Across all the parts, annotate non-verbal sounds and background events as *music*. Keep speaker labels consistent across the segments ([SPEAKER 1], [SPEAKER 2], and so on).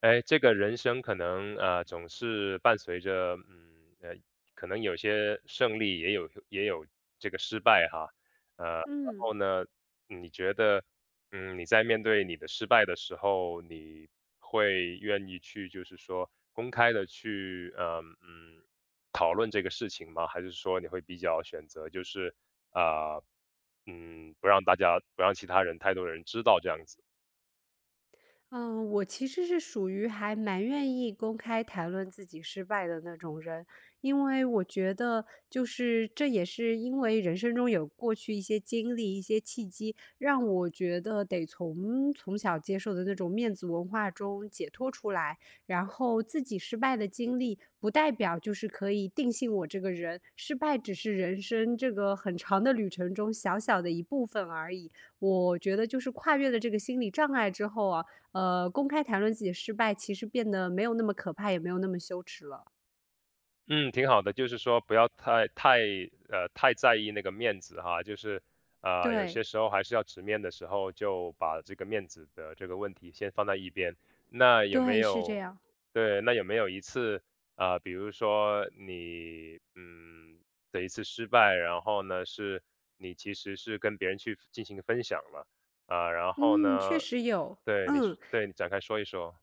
[SPEAKER 1] 哎，这个人生可能总是伴随着可能有些胜利，也有这个失败哈，然
[SPEAKER 2] 嗯。
[SPEAKER 1] 后呢，你觉得你在面对你的失败的时候，你会愿意去就是说公开的去讨论这个事情吗？还是说你会比较选择就是啊、呃不让其他人太多人知道这样子？
[SPEAKER 2] 嗯，我其实是属于还蛮愿意公开谈论自己失败的那种人，因为我觉得就是这也是因为人生中有过去一些经历、一些契机，让我觉得得从小接受的那种面子文化中解脱出来，然后自己失败的经历不代表就是可以定性我这个人，失败只是人生这个很长的旅程中小小的一部分而已。我觉得就是跨越了这个心理障碍之后啊。公开谈论自己的失败，其实变得没有那么可怕，也没有那么羞耻了。
[SPEAKER 1] 嗯，挺好的，就是说不要太在意那个面子哈，就是有些
[SPEAKER 2] 对，
[SPEAKER 1] 时候还是要直面的时候，就把这个面子的这个问题先放在一边。那有没
[SPEAKER 2] 对，是这
[SPEAKER 1] 有
[SPEAKER 2] 样。
[SPEAKER 1] 对？那有没有一次比如说你的一次失败，然后呢是你其实是跟别人去进行分享了然后
[SPEAKER 2] 嗯，确
[SPEAKER 1] 呢
[SPEAKER 2] 实有。
[SPEAKER 1] 对你
[SPEAKER 2] 嗯，
[SPEAKER 1] 是对你展开说一说，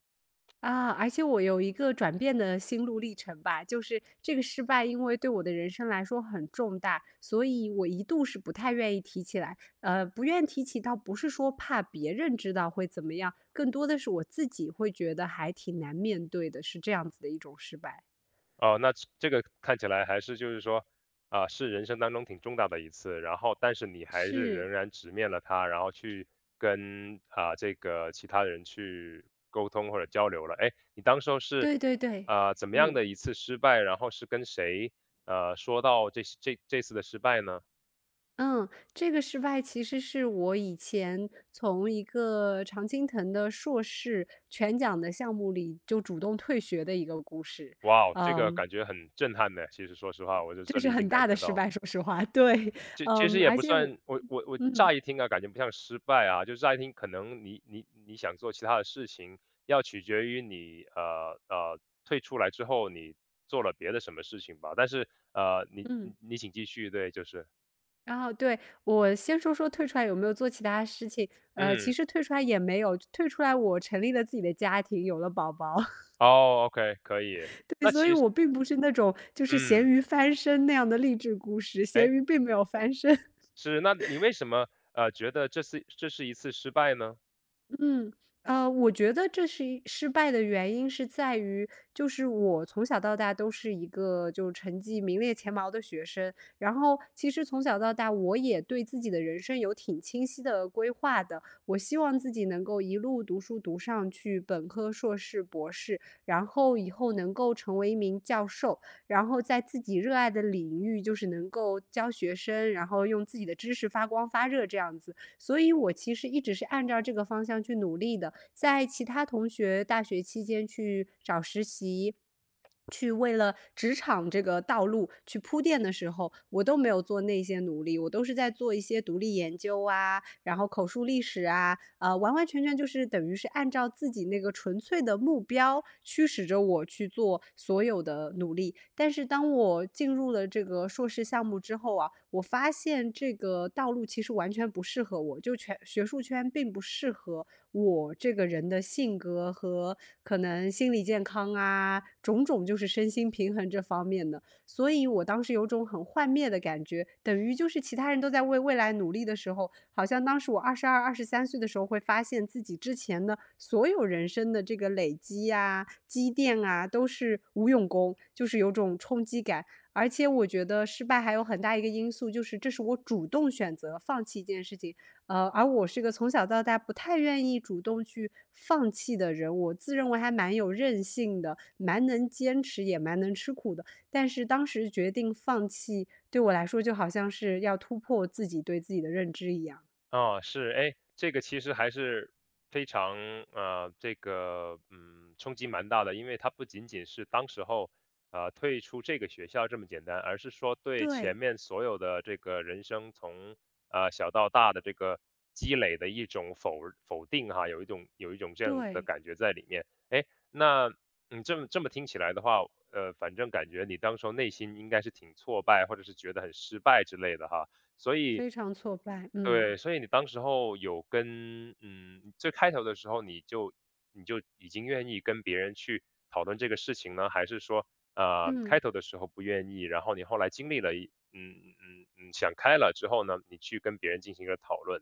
[SPEAKER 2] 啊，而且我有一个转变的心路历程吧，就是这个失败，因为对我的人生来说很重大，所以我一度是不太愿意提起来。不愿提起，倒不是说怕别人知道会怎么样，更多的是我自己会觉得还挺难面对的，是这样子的一种失败。
[SPEAKER 1] 哦，那这个看起来还是就是说，啊，是人生当中挺重大的一次，然后但是你还是
[SPEAKER 2] 是，
[SPEAKER 1] 仍然直面了它，然后去跟这个其他人去沟通或者交流了。哎，你当时候是
[SPEAKER 2] 对对对，
[SPEAKER 1] 怎么样
[SPEAKER 2] 嗯。
[SPEAKER 1] 的一次失败？然后是跟谁说到这次的失败呢？
[SPEAKER 2] 嗯，这个失败其实是我以前从一个常青藤的硕士全奖的项目里就主动退学的一个故事。
[SPEAKER 1] 哇哦，这个
[SPEAKER 2] 嗯，
[SPEAKER 1] 感觉很震撼的。其实说实话，我就
[SPEAKER 2] 这
[SPEAKER 1] 这
[SPEAKER 2] 是
[SPEAKER 1] 里已经
[SPEAKER 2] 很
[SPEAKER 1] 感
[SPEAKER 2] 大的
[SPEAKER 1] 觉
[SPEAKER 2] 失
[SPEAKER 1] 到。
[SPEAKER 2] 败，说实话，对，
[SPEAKER 1] 其实也
[SPEAKER 2] 而
[SPEAKER 1] 不
[SPEAKER 2] 且我
[SPEAKER 1] 算，我
[SPEAKER 2] 嗯，
[SPEAKER 1] 乍一听啊，感觉不像失败啊，就乍一听可能你想做其他的事情，要取决于你退出来之后你做了别的什么事情吧。但是你你
[SPEAKER 2] 嗯，
[SPEAKER 1] 你请继续，对，就是，
[SPEAKER 2] 然后对，我先说说退出来有没有做其他事情。其
[SPEAKER 1] 嗯，
[SPEAKER 2] 实退出来也没有，退出来我成立了自己的家庭，有了宝宝。
[SPEAKER 1] 哦，OK，可以。
[SPEAKER 2] *laughs* 对，
[SPEAKER 1] 那
[SPEAKER 2] 所以
[SPEAKER 1] 其实，
[SPEAKER 2] 我并不是那种就是咸
[SPEAKER 1] 嗯，
[SPEAKER 2] 鱼翻身那样的励志故事，咸
[SPEAKER 1] 哎，
[SPEAKER 2] 鱼并没有翻身。
[SPEAKER 1] 是，那你为什么觉得这是一次失败呢？
[SPEAKER 2] 嗯，我觉得这是一失败的原因是在于，就是我从小到大都是一个就成绩名列前茅的学生，然后其实从小到大我也对自己的人生有挺清晰的规划的，我希望自己能够一路读书读上去，本科、硕士、博士，然后以后能够成为一名教授，然后在自己热爱的领域就是能够教学生，然后用自己的知识发光发热这样子。所以我其实一直是按照这个方向去努力的，在其他同学大学期间去找实习，去为了职场这个道路去铺垫的时候，我都没有做那些努力，我都是在做一些独立研究啊，然后口述历史使啊，完完全全就是等于是按照自己那个纯粹的目标驱使着我去做所有的努力。但是当我进入了这个硕士项目之后啊，我发现这个道路其实完全不适合我，就全学术圈并不适合我这个人的性格和可能心理健康啊，种种就是身心平衡这方面的。所以我当时有种很幻灭的感觉，等于就是其他人都在为未来努力的时候，好像当时我22、23岁的时候会发现自己之前的所有人生的这个累积呀、积淀啊，都是无用功，就是有种冲击感。而且我觉得失败还有很大一个因素，就是这是我主动选择放弃一件事情，而我是一个从小到大不太愿意主动去放弃的人，我自认为还蛮有韧性的，蛮能坚持，也蛮能吃苦的。但是当时决定放弃，对我来说就好像是要突破自己对自己的认知一样。
[SPEAKER 1] 啊，是，哎，这个其实还是非常啊，这个冲击蛮大的，因为它不仅仅是当时候退出这个学校这么简单，而是说对前
[SPEAKER 2] 对
[SPEAKER 1] 面所有的这个人生从小到大的这个积累的一种否定哈，有一种这样的
[SPEAKER 2] 对。
[SPEAKER 1] 感觉在里面。哎，那你这么听起来的话，反正感觉你当时候内心应该是挺挫败，或者是觉得很失败之类的哈。所以
[SPEAKER 2] 非常挫败，嗯。
[SPEAKER 1] 对，所以你当时候有跟最开头的时候你就已经愿意跟别人去讨论这个事情呢？还是说，
[SPEAKER 2] 嗯。
[SPEAKER 1] 开头的时候不愿意，然后你后来经历了一嗯嗯嗯，想开了之后呢，你去跟别人进行一个讨论，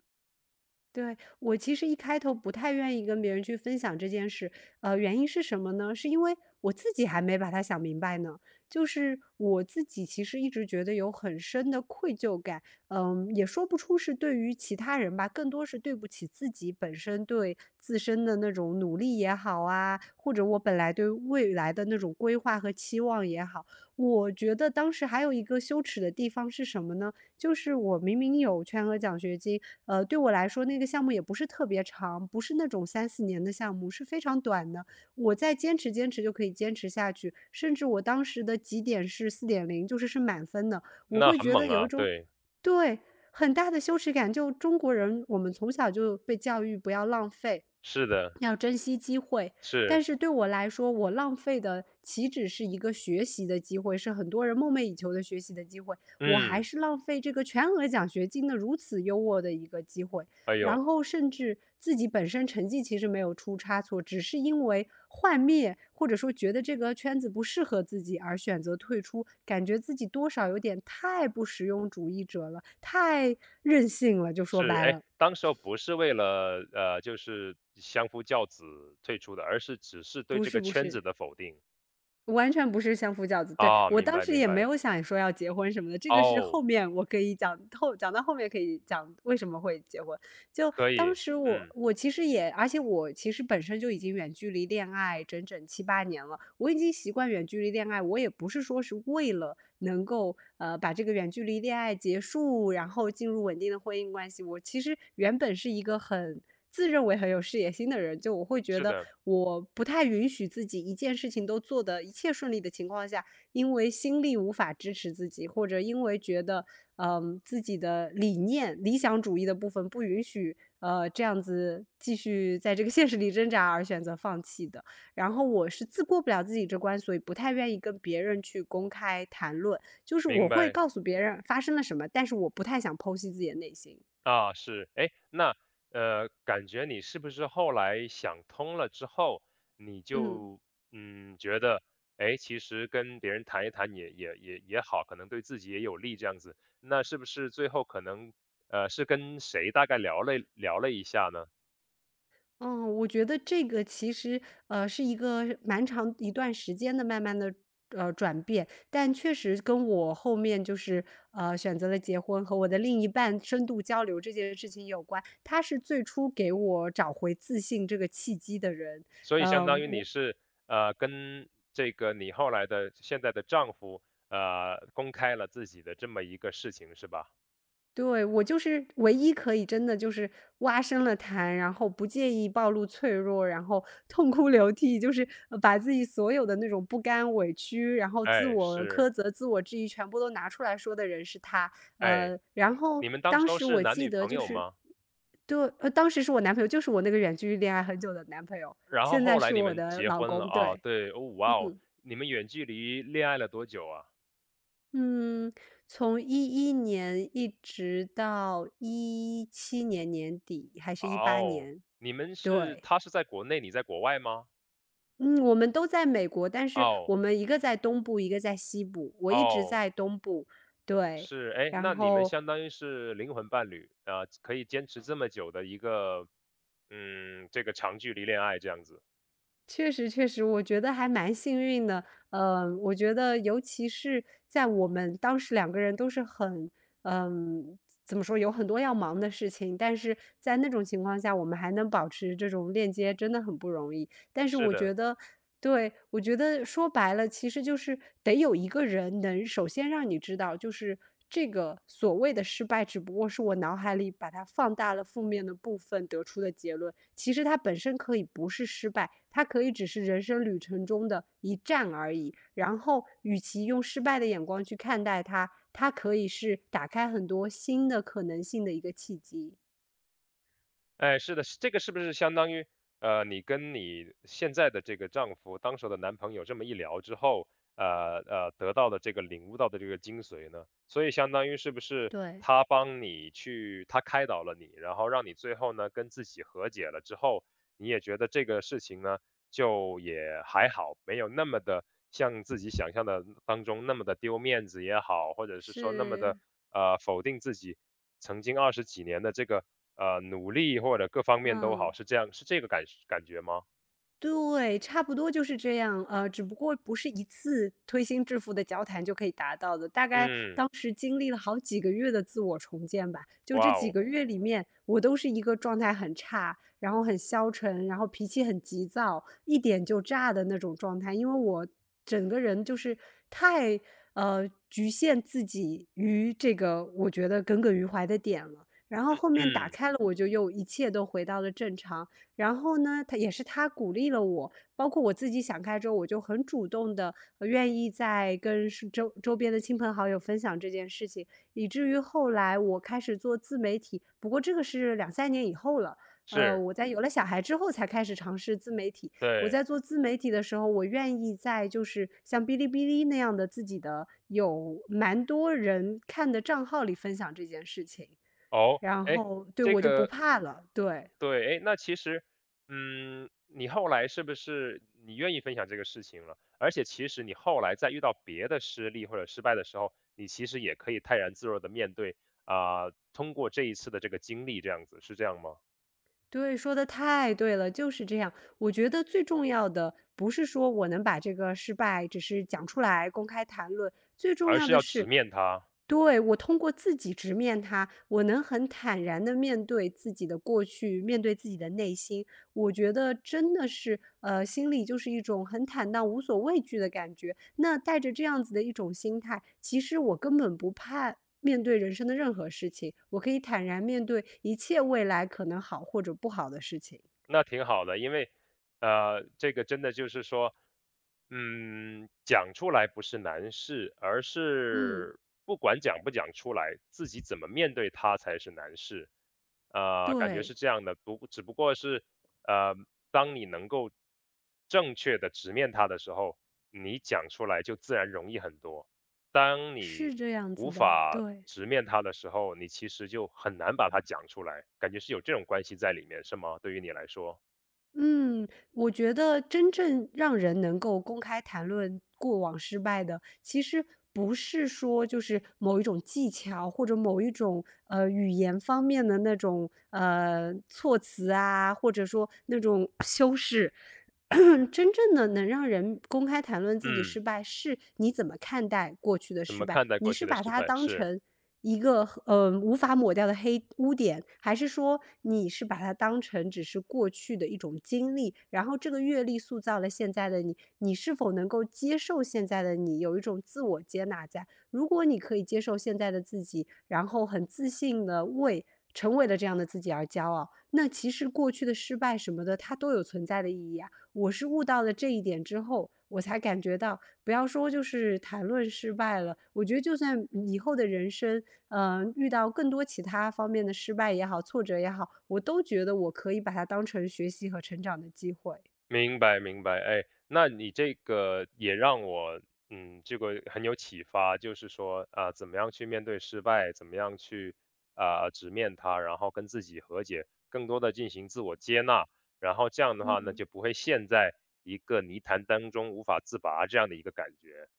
[SPEAKER 2] 对，我其实一开头不太愿意跟别人去分享这件事。原因是什么呢？是因为我自己还没把它想明白呢。就是我自己其实一直觉得有很深的愧疚感，也说不出是对于其他人吧，更多是对不起自己本身对自身的那种努力也好啊，或者我本来对未来的那种规划和期望也好。我觉得当时还有一个羞耻的地方是什么呢？就是我明明有全额奖学金，对我来说那个项目也不是特别长，不是那种三四年的项目，是非常短的。我再坚持坚持就可以坚持下去，甚至我当时的绩点是4.0，就是是满分的，我
[SPEAKER 1] 那
[SPEAKER 2] 会
[SPEAKER 1] 很
[SPEAKER 2] 觉得
[SPEAKER 1] 猛
[SPEAKER 2] 有一
[SPEAKER 1] 啊，
[SPEAKER 2] 种，
[SPEAKER 1] 对，
[SPEAKER 2] 对，很大的羞耻感，就中国人，我们从小就被教育不要浪费，
[SPEAKER 1] 是的，
[SPEAKER 2] 要珍惜机会，但
[SPEAKER 1] 是，
[SPEAKER 2] 是对我来说，我浪费的岂止是一个学习的机会，是很多人梦寐以求的学习的机会，我还
[SPEAKER 1] 嗯，
[SPEAKER 2] 是浪费这个全额奖学金的如此优渥的一个机会。
[SPEAKER 1] 哎呦，
[SPEAKER 2] 然后甚至自己本身成绩其实没有出差错，只是因为幻灭或者说觉得这个圈子不适合自己而选择退出，感觉自己多少有点太不实用主义者了，太任性了，就说
[SPEAKER 1] 是，
[SPEAKER 2] 白
[SPEAKER 1] 哎，
[SPEAKER 2] 了，
[SPEAKER 1] 当时候不是为了就是相夫教子退出的，而是只是对
[SPEAKER 2] 不
[SPEAKER 1] 这
[SPEAKER 2] 是
[SPEAKER 1] 个
[SPEAKER 2] 不
[SPEAKER 1] 圈子
[SPEAKER 2] 是。
[SPEAKER 1] 的否定
[SPEAKER 2] 完全不是相夫教子，对，
[SPEAKER 1] 啊，
[SPEAKER 2] 我
[SPEAKER 1] 明
[SPEAKER 2] 当
[SPEAKER 1] 白
[SPEAKER 2] 时
[SPEAKER 1] 明
[SPEAKER 2] 也没
[SPEAKER 1] 白，
[SPEAKER 2] 有想说要结婚什么的，这个是后
[SPEAKER 1] 哦。
[SPEAKER 2] 面我可以讲，后讲到后面可以讲为什么会结婚。就
[SPEAKER 1] 可以，
[SPEAKER 2] 当时我
[SPEAKER 1] 嗯，
[SPEAKER 2] 我其实也而且我其实本身就已经远距离恋爱整整七八年了，我已经习惯远距离恋爱，我也不是说是为了能够，把这个远距离恋爱结束，然后进入稳定的婚姻关系。我其实原本是一个很自认为很有事业心的人，就我会觉
[SPEAKER 1] 是
[SPEAKER 2] 得
[SPEAKER 1] 的，
[SPEAKER 2] 我不太允许自己一件事情都做的一切顺利的情况下，因为心力无法支持自己，或者因为觉得，自己的理念理想主义的部分不允许，这样子继续在这个现实里挣扎而选择放弃的。然后我是自过不了自己这关，所以不太愿意跟别人去公开谈论，就是我
[SPEAKER 1] 明
[SPEAKER 2] 会
[SPEAKER 1] 白
[SPEAKER 2] 告诉别人发生了什么，但是我不太想剖析自己的内心。
[SPEAKER 1] 啊，是，哎，那感觉你是不是后来想通了之后，你
[SPEAKER 2] 嗯。
[SPEAKER 1] 就觉得，哎，其实跟别人谈一谈也好，可能对自己也有利这样子，那是不是最后可能是跟谁大概聊了一下呢？
[SPEAKER 2] 嗯，我觉得这个其实，是一个蛮长一段时间的慢慢的转变，但确实跟我后面就是选择了结婚和我的另一半深度交流这件事情有关。他是最初给我找回自信这个契机的人。
[SPEAKER 1] 所以相当
[SPEAKER 2] 嗯、
[SPEAKER 1] 于你
[SPEAKER 2] 我
[SPEAKER 1] 是跟这个你后来的现在的丈夫公开了自己的这么一个事情是吧？
[SPEAKER 2] 对，我就是唯一可以真的就是挖深了谈，然后不介意暴露脆弱，然后 *laughs* 痛哭流涕，就是把自己所有的那种不甘、委屈，然后自
[SPEAKER 1] 哎，
[SPEAKER 2] 我
[SPEAKER 1] 是，
[SPEAKER 2] 苛责、自我质疑，全部都拿出来说的人是他。
[SPEAKER 1] 哎。
[SPEAKER 2] 然后
[SPEAKER 1] 你们当时
[SPEAKER 2] 当
[SPEAKER 1] 候
[SPEAKER 2] 时
[SPEAKER 1] 是
[SPEAKER 2] 我
[SPEAKER 1] 男
[SPEAKER 2] 记
[SPEAKER 1] 女
[SPEAKER 2] 得
[SPEAKER 1] 朋
[SPEAKER 2] 就
[SPEAKER 1] 友
[SPEAKER 2] 是，
[SPEAKER 1] 吗？
[SPEAKER 2] 对，当时是我男朋友，就是我那个远距离恋爱很久的男朋友，
[SPEAKER 1] 然后
[SPEAKER 2] 现在
[SPEAKER 1] 后
[SPEAKER 2] 是
[SPEAKER 1] 来你
[SPEAKER 2] 我
[SPEAKER 1] 们
[SPEAKER 2] 的
[SPEAKER 1] 结
[SPEAKER 2] 老
[SPEAKER 1] 婚了
[SPEAKER 2] 公。
[SPEAKER 1] 啊，
[SPEAKER 2] 对。
[SPEAKER 1] 对，哦，哇哦，
[SPEAKER 2] 嗯，
[SPEAKER 1] 你们远距离恋爱了多久啊？
[SPEAKER 2] 嗯，从2011年一直到2017年年底，还是
[SPEAKER 1] 啊
[SPEAKER 2] 一八
[SPEAKER 1] 哦，
[SPEAKER 2] 年，
[SPEAKER 1] 你们是
[SPEAKER 2] 对。
[SPEAKER 1] 他是在国内，你在国外吗？
[SPEAKER 2] 嗯，我们都在美国，但
[SPEAKER 1] 啊
[SPEAKER 2] 是我
[SPEAKER 1] 哦，
[SPEAKER 2] 们一个在东部，一个在西部，我一直
[SPEAKER 1] 哦，
[SPEAKER 2] 在东部，对。
[SPEAKER 1] 是，哎，
[SPEAKER 2] 然
[SPEAKER 1] 那你们
[SPEAKER 2] 后
[SPEAKER 1] 相当于是灵魂伴侣啊，可以坚持这么久的一个，这个长距离恋爱这样子，
[SPEAKER 2] 确实确实，我觉得还蛮幸运的。我觉得尤其是在我们当时两个人都是很，嗯，怎么说，有很多要忙的事情，但是在那种情况下，我们还能保持这种链接，真的很不容易。但是
[SPEAKER 1] 是
[SPEAKER 2] 我
[SPEAKER 1] 的。
[SPEAKER 2] 觉得，对，我觉得说白了，其实就是得有一个人能首先让你知道，就是这个所谓的失败，只不过是我脑海里把它放大了负面的部分得出的结论。其实它本身可以不是失败，它可以只是人生旅程中的一站而已。然后，与其用失败的眼光去看待它，它可以是打开很多新的可能性的一个契机。
[SPEAKER 1] 哎，是的，这个是不是相当于，你跟你现在的这个丈夫，当时的男朋友这么一聊之后，得到的这个领悟到的这个精髓呢？所以相当于是不是
[SPEAKER 2] 对，
[SPEAKER 1] 他开导了你，然后让你最后呢跟自己和解了之后，你也觉得这个事情呢，就也还好，没有那么的像自己想象的当中那么的丢面子也好，或者是说那么的
[SPEAKER 2] 是，
[SPEAKER 1] 否定自己曾经20几年的这个，努力或者各方面都好，
[SPEAKER 2] 嗯。
[SPEAKER 1] 是这样是这个感觉吗？
[SPEAKER 2] 对，差不多就是这样，只不过不是一次推心置腹的交谈就可以达到的，大概
[SPEAKER 1] 嗯，
[SPEAKER 2] 当时经历了好几个月的自我重建吧。就这
[SPEAKER 1] 哇
[SPEAKER 2] 几
[SPEAKER 1] 哦，
[SPEAKER 2] 个月里面，我都是一个状态很差，然后很消沉，然后脾气很急躁，一点就炸的那种状态。因为我整个人就是太局限自己于这个我觉得耿耿于怀的点了。然后后面打
[SPEAKER 1] 嗯，
[SPEAKER 2] 开了，我就又一切都回到了正常。然后呢，他也是他鼓励了我，包括我自己想开之后，我就很主动的愿意在跟周边的亲朋好友分享这件事情，以至于后来我开始做自媒体，不过这个是两三年以后了。
[SPEAKER 1] 是，
[SPEAKER 2] 我在有了小孩之后才开始尝试自媒体。我
[SPEAKER 1] 对，
[SPEAKER 2] 在做自媒体的时候，我愿意在就是像哔哩哔哩那样的自己的有蛮多人看的账号里分享这件事情，
[SPEAKER 1] 哦，
[SPEAKER 2] 然
[SPEAKER 1] 哎，
[SPEAKER 2] 后对，
[SPEAKER 1] 这
[SPEAKER 2] 我就不
[SPEAKER 1] 个
[SPEAKER 2] 怕了，对。
[SPEAKER 1] 对，哎，那其实，嗯，你后来是不是你愿意分享这个事情了？而且其实你后来在遇到别的失利或者失败的时候，你其实也可以泰然自若的面对，啊，通过这一次的这个经历这样子，是这样吗？
[SPEAKER 2] 对，说的太对了，就是这样。我觉得最重要的不是说我能把这个失败只是讲出来、公开谈论，最重
[SPEAKER 1] 而
[SPEAKER 2] 要
[SPEAKER 1] 是
[SPEAKER 2] 的
[SPEAKER 1] 要直
[SPEAKER 2] 是，
[SPEAKER 1] 面它。
[SPEAKER 2] 对，我通过自己直面它，我能很坦然的面对自己的过去，面对自己的内心，我觉得真的是，心里就是一种很坦荡、无所畏惧的感觉。那带着这样子的一种心态，其实我根本不怕面对人生的任何事情，我可以坦然面对一切未来可能好或者不好的事情。
[SPEAKER 1] 那挺好的，因为，这个真的就是说，讲出来不是难事，而
[SPEAKER 2] 嗯，
[SPEAKER 1] 是不管讲不讲出来，自己怎么面对它才是难事。啊、感觉
[SPEAKER 2] 对，
[SPEAKER 1] 是这样的，不，只不过是，呃，当你能够正确的直面它的时候，你讲出来就自然容易很多。当
[SPEAKER 2] 是
[SPEAKER 1] 你
[SPEAKER 2] 这样
[SPEAKER 1] 无
[SPEAKER 2] 子的，
[SPEAKER 1] 法
[SPEAKER 2] 对。
[SPEAKER 1] 直面它的时候，你其实就很难把它讲出来，感觉是有这种关系在里面，是吗？对于你来说，
[SPEAKER 2] 嗯，我觉得真正让人能够公开谈论过往失败的，其实不是说就是某一种技巧或者某一种语言方面的那种措辞啊，或者说那种修饰。*clears throat* 真正的能让人公开谈论自己失
[SPEAKER 1] 嗯，
[SPEAKER 2] 败，是你怎么看待过去的
[SPEAKER 1] 怎
[SPEAKER 2] 失
[SPEAKER 1] 么
[SPEAKER 2] 败？
[SPEAKER 1] 看待
[SPEAKER 2] 你
[SPEAKER 1] 过去
[SPEAKER 2] 是
[SPEAKER 1] 的
[SPEAKER 2] 把
[SPEAKER 1] 失
[SPEAKER 2] 它
[SPEAKER 1] 败？
[SPEAKER 2] 当
[SPEAKER 1] 是，
[SPEAKER 2] 成一个无法抹掉的黑污点，还是说你是把它当成只是过去的一种经历，然后这个阅历塑造了现在的你，你是否能够接受现在的你，有一种自我接纳在。如果你可以接受现在的自己，然后很自信的为成为了这样的自己而骄傲，那其实过去的失败什么的，它都有存在的意义啊。我是悟到了这一点之后，我才感觉到不要说就是谈论失败了，我觉得就算以后的人生，遇到更多其他方面的失败也好、挫折也好，我都觉得我可以把它当成学习和成长的机会。
[SPEAKER 1] 明白明白。哎，那你这个也让我，这个很有启发，就是说啊，怎么样去面对失败，怎么样去直面它，然后跟自己和解，更多的进行自我接纳，然后这样的话呢，
[SPEAKER 2] 嗯，
[SPEAKER 1] 就不会陷在一个泥潭当中无法自拔这样的一个感觉。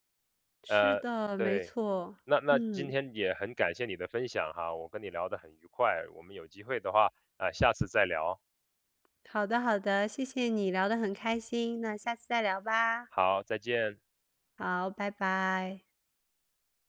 [SPEAKER 2] 是
[SPEAKER 1] 呃，
[SPEAKER 2] 的，没
[SPEAKER 1] 对，
[SPEAKER 2] 错。
[SPEAKER 1] 那今
[SPEAKER 2] 嗯，
[SPEAKER 1] 天也很感谢你的分享哈，我跟你聊得很愉快，我们有机会的话，啊、下次再聊，
[SPEAKER 2] 好的好的，谢谢你聊得很开心，那下次再聊吧。
[SPEAKER 1] 好，再见。
[SPEAKER 2] 好，拜拜。